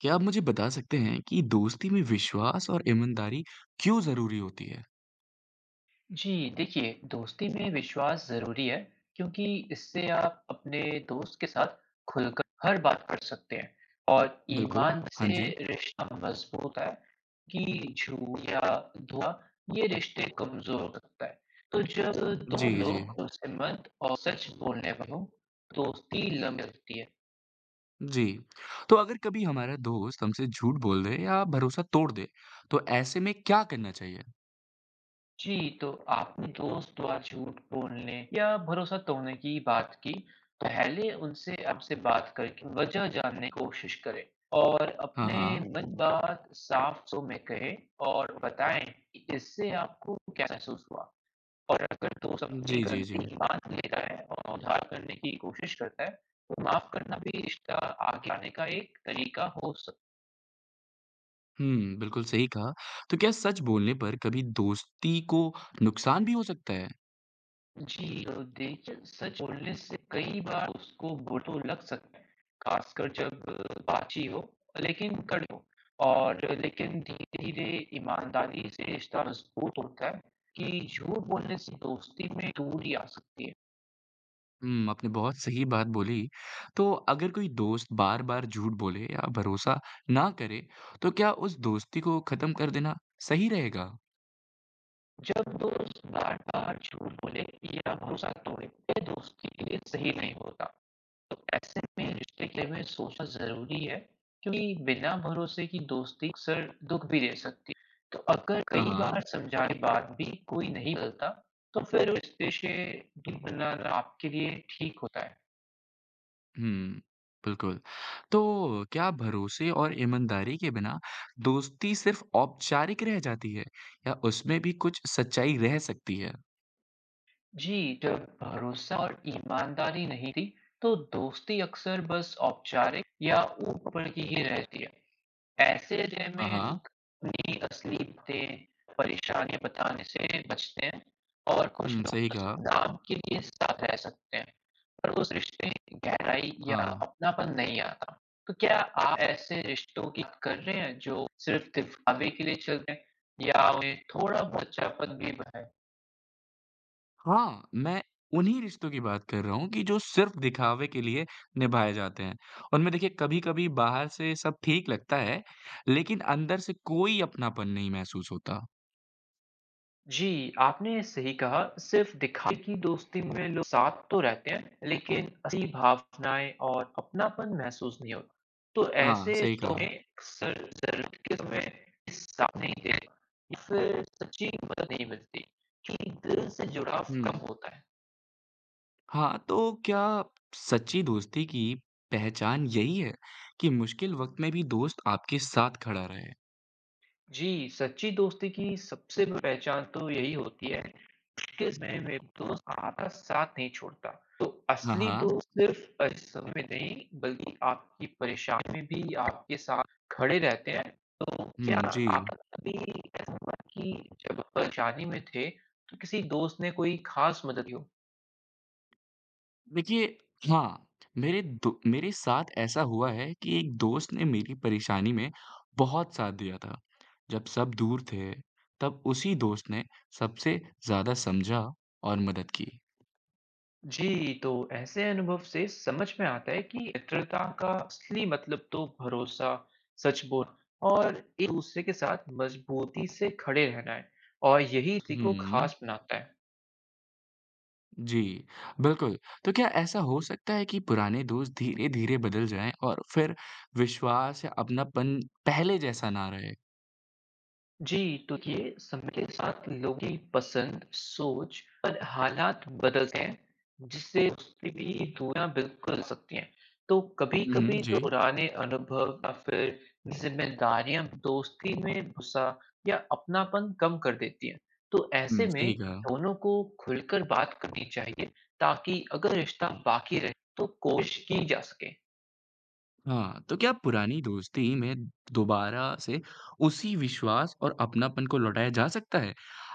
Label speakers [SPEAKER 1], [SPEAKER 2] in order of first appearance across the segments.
[SPEAKER 1] क्या आप मुझे बता सकते हैं कि दोस्ती में विश्वास और ईमानदारी क्यों ज़रूरी होती है?
[SPEAKER 2] जी, देखिए दोस्ती में विश्वास ज़रूरी है क्योंकि इससे आप अपने दोस्त के साथ खुलकर हर बात कर सकते हैं और
[SPEAKER 1] बिल्कुल,
[SPEAKER 2] ईमान
[SPEAKER 1] हाँ
[SPEAKER 2] से
[SPEAKER 1] जी।
[SPEAKER 2] रिश्ता मजबूत है। कि झूठ या धोखा ये रिश्ते कमज़ोर हो सकता है। तो जब दो
[SPEAKER 1] जी,
[SPEAKER 2] लोग
[SPEAKER 1] जी।
[SPEAKER 2] भरोसेमंद और सच बोलने वाले हों, दोस्ती लंबी चलती है।
[SPEAKER 1] जी, तो अगर कभी हमारा दोस्त हमसे झूठ बोल दे या भरोसा तोड़ दे, तो ऐसे में क्या करना चाहिए?
[SPEAKER 2] जी, तो आपने दोस्त द्वारा झूठ बोलने या भरोसा तोड़ने की बात की, पहले उनसे आपसे बात करके वजह जानने की कोशिश करें और
[SPEAKER 1] हाँ,
[SPEAKER 2] अपने
[SPEAKER 1] हाँ।
[SPEAKER 2] मन बात साफ शब्दों में कहें और बताएं कि इससे आपको क्या महसूस हुआ। और अगर दोस्त अपनी
[SPEAKER 1] जी, जी, जी।
[SPEAKER 2] गलती मान लेता है और उधार करने की कोशिश करता है, तो माफ करना भी रिश्ता आगे आने का एक तरीका हो सकता है।
[SPEAKER 1] हुँ, बिल्कुल सही कहा। तो क्या सच बोलने पर कभी दोस्ती को नुकसान भी हो सकता है?
[SPEAKER 2] जी अ, देखिए सच बोलने से कई बार उसको बुरा तो लग सकता है, खासकर जब बाची हो, लेकिन कड़ी हो। लेकिन धीरे-धीरे ईमानदारी से रिश्ता मजबूत होता है। कि झूठ बोलने से दोस्ती में दूरी आ सकती है।
[SPEAKER 1] हुँ, आपने बहुत सही बात बोली। तो अगर कोई दोस्त बार-बार झूठ बोले या भरोसा ना करे, तो क्या उस दोस्ती को ख़त्म कर देना सही रहेगा?
[SPEAKER 2] जब दोस्त बार-बार झूठ बोले या भरोसा तोड़े, ये दोस्ती के लिए सही नहीं होता। तो ऐसे में रिश्ते के बारे में सोचना ज़रूरी है, क्योंकि बिना भरोसे की दोस्ती अक्सर दुःख भी दे सकती है। तो अगर
[SPEAKER 1] हाँ,
[SPEAKER 2] कई
[SPEAKER 1] हाँ।
[SPEAKER 2] बार समझाने के बाद भी कोई नहीं बदलता, तो फिर उस रिश्ते से दूरी बनाना आपके लिए ठीक होता है।
[SPEAKER 1] हुँ, बिल्कुल। तो क्या भरोसे और ईमानदारी के बिना दोस्ती सिर्फ़ औपचारिक रह जाती है या उसमें भी कुछ सच्चाई रह सकती है?
[SPEAKER 2] जी, जब भरोसा और ईमानदारी नहीं थी, तो दोस्ती अक्सर बस औपचारिक या ऊपर की ही रहती है। ऐसे
[SPEAKER 1] हाँ,
[SPEAKER 2] रिमेल
[SPEAKER 1] हाँ।
[SPEAKER 2] अपनी असली बातें, परेशानियाँ बताने से बचते हैं और कुछ
[SPEAKER 1] हुँ,
[SPEAKER 2] लोग
[SPEAKER 1] सही
[SPEAKER 2] बस
[SPEAKER 1] कहा।
[SPEAKER 2] नाम के लिए साथ रह सकते हैं, पर उस रिश्ते में गहराई या
[SPEAKER 1] हाँ।
[SPEAKER 2] अपनापन नहीं आता। तो क्या आप ऐसे रिश्तों की बात कर रहे हैं, जो सिर्फ़ दिखावे के लिए चलते हैं या उन्हें थोड़ा-बहुत सच्चापन भी है?
[SPEAKER 1] हाँ, मैं उन्हीं रिश्तों की बात कर रहा हूँ कि जो सिर्फ़ दिखावे के लिए निभाए जाते हैं। उनमें देखिए कभी-कभी बाहर से सब ठीक लगता है, लेकिन अंदर से कोई अपनापन नहीं महसूस होता।
[SPEAKER 2] जी, आपने सही कहा, सिर्फ़ दिखावे की दोस्ती में लोग साथ तो रहते हैं, लेकिन असली भावनाएँ और अपनापन महसूस नहीं होता। तो
[SPEAKER 1] हाँ,
[SPEAKER 2] ऐसे
[SPEAKER 1] सही
[SPEAKER 2] रिश्तों में
[SPEAKER 1] कहा।
[SPEAKER 2] अक्सर ज़रूरत के समय साथ नहीं देता या फिर सच्ची मदद नहीं मिलती, क्योंकि दिल से जुड़ाव कम
[SPEAKER 1] हुँ।
[SPEAKER 2] होता है।
[SPEAKER 1] हाँ, तो क्या सच्ची दोस्ती की पहचान यही है कि मुश्किल वक़्त में भी दोस्त आपके साथ खड़ा रहे?
[SPEAKER 2] जी, सच्ची दोस्ती की सबसे बड़ी पहचान तो यही होती है, मुश्किल समय में दोस्त आपका साथ नहीं छोड़ता। तो
[SPEAKER 1] हाँ,
[SPEAKER 2] असली
[SPEAKER 1] हाँ।
[SPEAKER 2] दोस्त सिर्फ़ समय में नहीं, बल्कि आपकी परेशानी में भी आपके साथ खड़े रहते हैं। तो क्या
[SPEAKER 1] हुँ, जी।
[SPEAKER 2] आपका कभी ऐसा हुआ कि जब आप परेशानी में थे तो किसी दोस्त ने कोई ख़ास मदद की हो?
[SPEAKER 1] देखिए, हाँ, मेरे साथ ऐसा हुआ है कि एक दोस्त ने मेरी परेशानी में बहुत साथ दिया था। जब सब दूर थे, तब उसी दोस्त ने सबसे ज़्यादा समझा और मदद की।
[SPEAKER 2] जी, तो ऐसे अनुभव से समझ में आता है कि मित्रता का असली मतलब तो भरोसा, सच बोलना और एक-दूसरे के साथ मज़बूती से खड़े रहना है और यही इसी को
[SPEAKER 1] हुँ,
[SPEAKER 2] ख़ास बनाता है।
[SPEAKER 1] जी, बिल्कुल। तो क्या ऐसा हो सकता है कि पुराने दोस्त धीरे-धीरे बदल जाएँ और फिर विश्वास या अपनापन पहले जैसा ना रहे?
[SPEAKER 2] जी, तो ये समय के साथ लोगों की पसंद, सोच और हालात बदलते हैं जिससे दोस्ती भी दूरियाँ बिल्कुल आ सकती हैं। तो
[SPEAKER 1] हुँ, हुँ,
[SPEAKER 2] कभी-कभी तो
[SPEAKER 1] जी।
[SPEAKER 2] पुराने अनुभव या फिर ज़िम्मेदारियाँ दोस्ती में गुस्सा या अपनापन कम कर देती हैं। तो ऐसे
[SPEAKER 1] हुँ,
[SPEAKER 2] में
[SPEAKER 1] सही कहा।
[SPEAKER 2] दोनों को खुलकर बात करनी चाहिए, ताकि अगर रिश्ता बाकी रहे तो कोशिश की जा सके।
[SPEAKER 1] हाँ, तो क्या पुरानी दोस्ती में दोबारा से उसी विश्वास और अपनापन को लौटाया जा सकता है?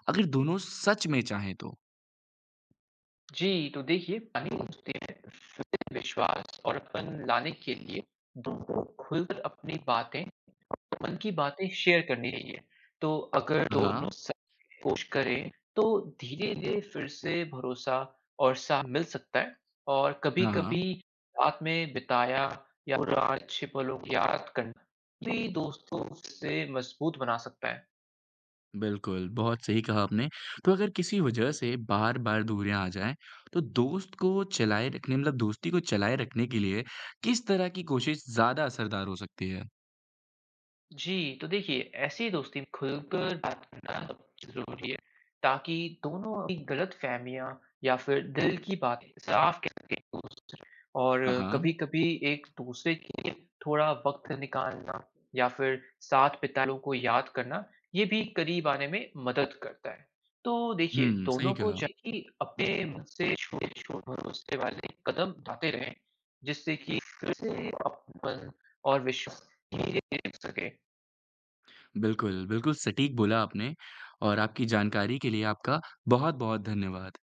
[SPEAKER 1] अगर दोनों सच में चाहें तो?
[SPEAKER 2] जी, तो देखिए पानी पूछते हैं फिर विश्वास और अपन लाने के लिए दोनों को खुलकर अपनी बातें, मन की बातें शेयर करनी चाहिए। तो अगर
[SPEAKER 1] हाँ,
[SPEAKER 2] दोनों साथ कोशिश करें, तो धीरे-धीरे फिर से भरोसा और साथ मिल सकता है और
[SPEAKER 1] हाँ,
[SPEAKER 2] कभी-कभी
[SPEAKER 1] हाँ,
[SPEAKER 2] रात में बिताया या पुराने अच्छे पलों की याद करना भी दोस्तों से मजबूत बना सकता है।
[SPEAKER 1] बिल्कुल, बहुत सही कहा आपने। तो अगर किसी वजह से बार-बार दूरियाँ आ जाएँ, तो दोस्त को चलाए रखने मतलब दोस्ती को चलाए रखने के लिए किस तरह की कोशिश ज़्यादा असरदार हो सकती है?
[SPEAKER 2] जी, तो देखिए ऐसी दोस्ती में खुलकर बात करना सबसे ज़रूरी है, ताकि दोनों अपनी गलतफ़हमियाँ या फिर दिल की बातें साफ कह सकें और
[SPEAKER 1] हाँ, हाँ।
[SPEAKER 2] कभी-कभी एक दूसरे के लिए थोड़ा वक़्त निकालना या फिर साथ बिताए लोगों को याद करना, ये भी करीब आने में मदद करता है। तो देखिए
[SPEAKER 1] हुँ,
[SPEAKER 2] दोनों
[SPEAKER 1] सही
[SPEAKER 2] को
[SPEAKER 1] कहा।
[SPEAKER 2] चाहिए कि अपने मन से छोटे-छोटे भरोसे वाले कदम उठाते रहें, जिससे कि फिर से अपनापन और विश्वास धीरे-धीरे बन सके।
[SPEAKER 1] बिल्कुल, बिल्कुल सटीक बोला आपने और आपकी जानकारी के लिए आपका बहुत-बहुत धन्यवाद।